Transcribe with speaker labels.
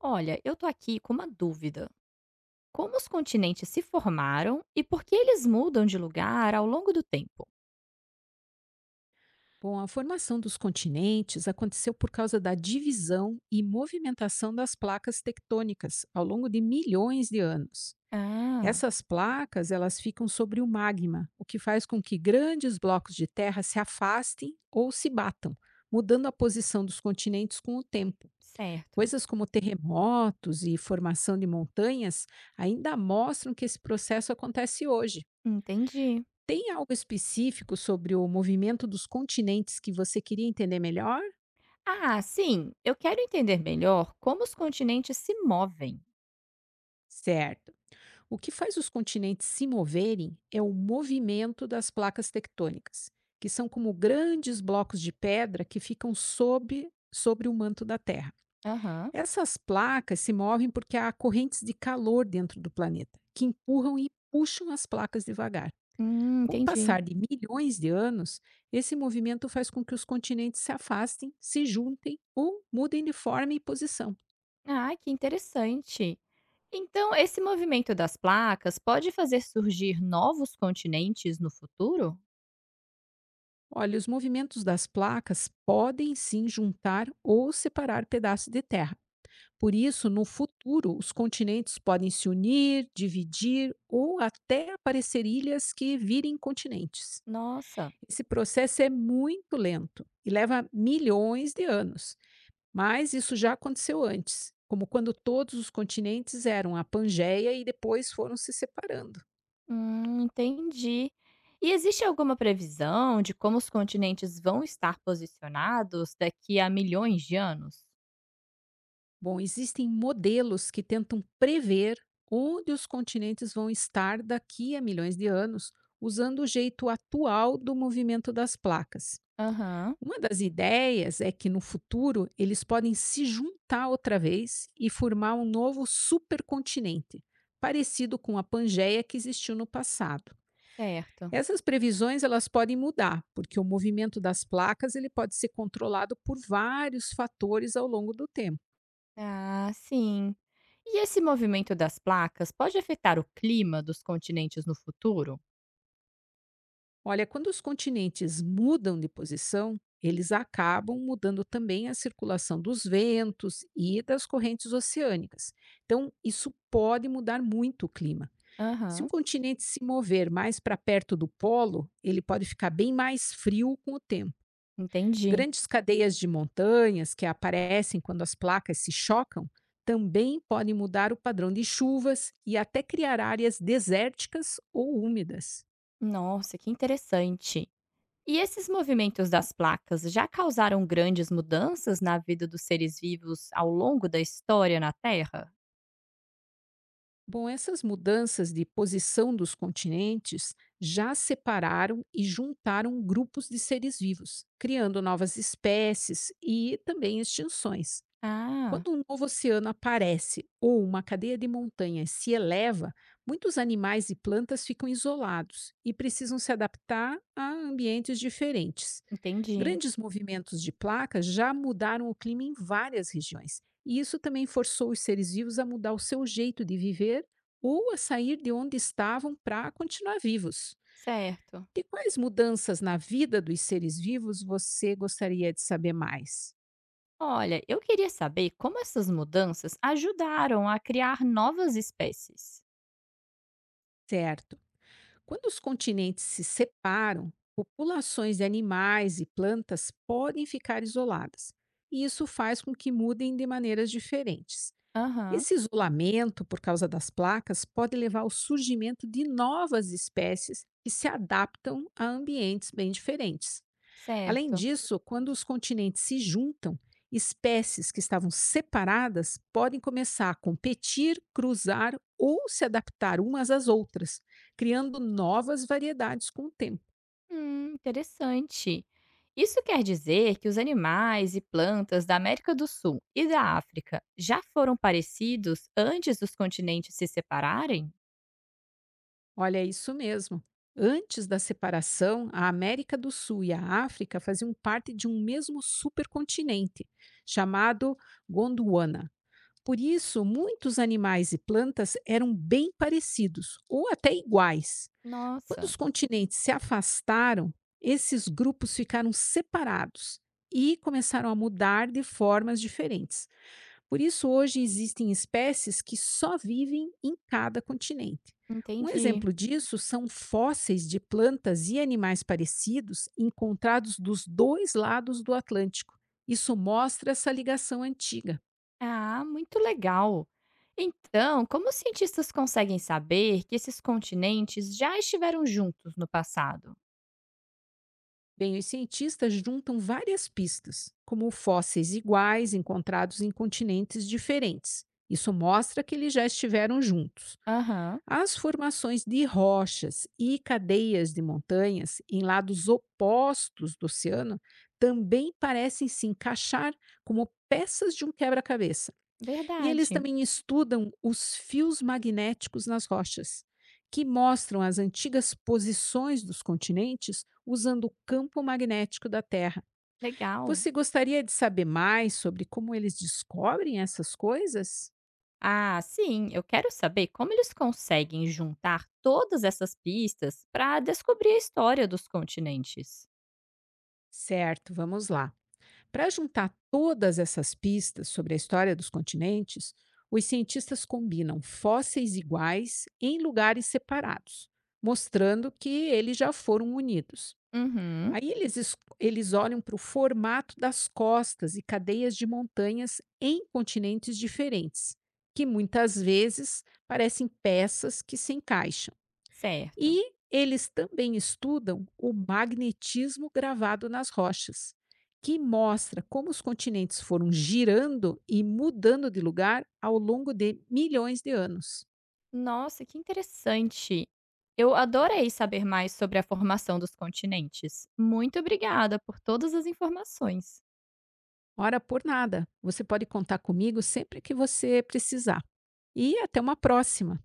Speaker 1: Olha, eu tô aqui com uma dúvida. Como os continentes se formaram e por que eles mudam de lugar ao longo do tempo?
Speaker 2: Bom, a formação dos continentes aconteceu por causa da divisão e movimentação das placas tectônicas ao longo de milhões de anos.
Speaker 1: Ah,
Speaker 2: Essas placas, elas ficam sobre o magma, o que faz com que grandes blocos de terra se afastem ou se batam, mudando a posição dos continentes com o tempo.
Speaker 1: certo.
Speaker 2: Coisas como terremotos e formação de montanhas ainda mostram que esse processo acontece hoje.
Speaker 1: Entendi.
Speaker 2: Tem algo específico sobre o movimento dos continentes que você queria entender melhor?
Speaker 1: Ah, sim, eu quero entender melhor como os continentes se movem.
Speaker 2: Certo. O que faz os continentes se moverem é o movimento das placas tectônicas, que são como grandes blocos de pedra que ficam sobre o manto da Terra.
Speaker 1: Aham.
Speaker 2: Essas placas se movem porque há correntes de calor dentro do planeta, que empurram e puxam as placas devagar. Com o
Speaker 1: Entendi.
Speaker 2: passar de milhões de anos, esse movimento faz com que os continentes se afastem, se juntem ou mudem de forma e posição.
Speaker 1: Ah, que interessante. Então, esse movimento das placas pode fazer surgir novos continentes no futuro?
Speaker 2: Olha, os movimentos das placas podem sim juntar ou separar pedaços de terra. Por isso, no futuro, os continentes podem se unir, dividir ou até aparecer ilhas que virem continentes.
Speaker 1: Nossa.
Speaker 2: Esse processo é muito lento e leva milhões de anos, mas isso já aconteceu antes, como quando todos os continentes eram a Pangeia e depois foram se separando.
Speaker 1: Entendi. E existe alguma previsão de como os continentes vão estar posicionados daqui a milhões de anos?
Speaker 2: Bom, existem modelos que tentam prever onde os continentes vão estar daqui a milhões de anos, usando o jeito atual do movimento das placas.
Speaker 1: Aham,
Speaker 2: Uma das ideias é que no futuro eles podem se juntar outra vez e formar um novo supercontinente, parecido com a Pangeia que existiu no passado.
Speaker 1: certo.
Speaker 2: Essas previsões elas podem mudar, porque o movimento das placas ele pode ser controlado por vários fatores ao longo do tempo.
Speaker 1: Ah, sim. E esse movimento das placas pode afetar o clima dos continentes no futuro?
Speaker 2: Olha, quando os continentes mudam de posição, eles acabam mudando também a circulação dos ventos e das correntes oceânicas. Então, isso pode mudar muito o clima. Se um
Speaker 1: Aham.
Speaker 2: continente se mover mais para perto do polo, ele pode ficar bem mais frio com o tempo.
Speaker 1: Entendi.
Speaker 2: Grandes cadeias de montanhas que aparecem quando as placas se chocam também podem mudar o padrão de chuvas e até criar áreas desérticas ou úmidas.
Speaker 1: Nossa, que interessante. E esses movimentos das placas já causaram grandes mudanças na vida dos seres vivos ao longo da história na Terra?
Speaker 2: Bom, essas mudanças de posição dos continentes já separaram e juntaram grupos de seres vivos, criando novas espécies e também extinções.
Speaker 1: Ah,
Speaker 2: Quando um novo oceano aparece ou uma cadeia de montanhas se eleva, muitos animais e plantas ficam isolados e precisam se adaptar a ambientes diferentes.
Speaker 1: entendi.
Speaker 2: Grandes movimentos de placas já mudaram o clima em várias regiões, e isso também forçou os seres vivos a mudar o seu jeito de viver ou a sair de onde estavam para continuar vivos.
Speaker 1: Certo.
Speaker 2: De quais mudanças na vida dos seres vivos você gostaria de saber mais?
Speaker 1: Olha, eu queria saber como essas mudanças ajudaram a criar novas espécies.
Speaker 2: Certo. Quando os continentes se separam, populações de animais e plantas podem ficar isoladas, e isso faz com que mudem de maneiras diferentes.
Speaker 1: Aham,
Speaker 2: Esse isolamento, por causa das placas, pode levar ao surgimento de novas espécies que se adaptam a ambientes bem diferentes. Além
Speaker 1: certo.
Speaker 2: disso, quando os continentes se juntam, espécies que estavam separadas podem começar a competir, cruzar ou se adaptar umas às outras, criando novas variedades com o tempo.
Speaker 1: Interessante. Isso quer dizer que os animais e plantas da América do Sul e da África já foram parecidos antes dos continentes se separarem?
Speaker 2: Olha, é isso mesmo. Antes da separação, a América do Sul e a África faziam parte de um mesmo supercontinente, chamado Gondwana. Por isso, muitos animais e plantas eram bem parecidos, ou até iguais. Quando
Speaker 1: Nossa,
Speaker 2: os continentes se afastaram, esses grupos ficaram separados e começaram a mudar de formas diferentes. Por isso, hoje existem espécies que só vivem em cada continente. Um
Speaker 1: entendi.
Speaker 2: exemplo disso são fósseis de plantas e animais parecidos encontrados dos dois lados do Atlântico. Isso mostra essa ligação antiga.
Speaker 1: Ah, muito legal. Então, como os cientistas conseguem saber que esses continentes já estiveram juntos no passado?
Speaker 2: Bem, os cientistas juntam várias pistas, como fósseis iguais encontrados em continentes diferentes. Isso mostra que eles já estiveram juntos.
Speaker 1: Aham.
Speaker 2: As formações de rochas e cadeias de montanhas em lados opostos do oceano também parecem se encaixar como peças de um quebra-cabeça. E eles
Speaker 1: Verdade,
Speaker 2: também estudam os fios magnéticos nas rochas, que mostram as antigas posições dos continentes usando o campo magnético da Terra.
Speaker 1: legal.
Speaker 2: Você gostaria de saber mais sobre como eles descobrem essas coisas?
Speaker 1: Ah, sim, eu quero saber como eles conseguem juntar todas essas pistas para descobrir a história dos continentes.
Speaker 2: Certo, vamos lá. Para juntar todas essas pistas sobre a história dos continentes, os cientistas combinam fósseis iguais em lugares separados, mostrando que eles já foram unidos.
Speaker 1: Uhum,
Speaker 2: Aí eles olham para o formato das costas e cadeias de montanhas em continentes diferentes, que muitas vezes parecem peças que se encaixam.
Speaker 1: certo.
Speaker 2: E eles também estudam o magnetismo gravado nas rochas, que mostra como os continentes foram girando e mudando de lugar ao longo de milhões de anos.
Speaker 1: Nossa, que interessante. Eu adorei saber mais sobre a formação dos continentes. Muito obrigada por todas as informações.
Speaker 2: Ora por nada, você pode contar comigo sempre que você precisar. E até uma próxima!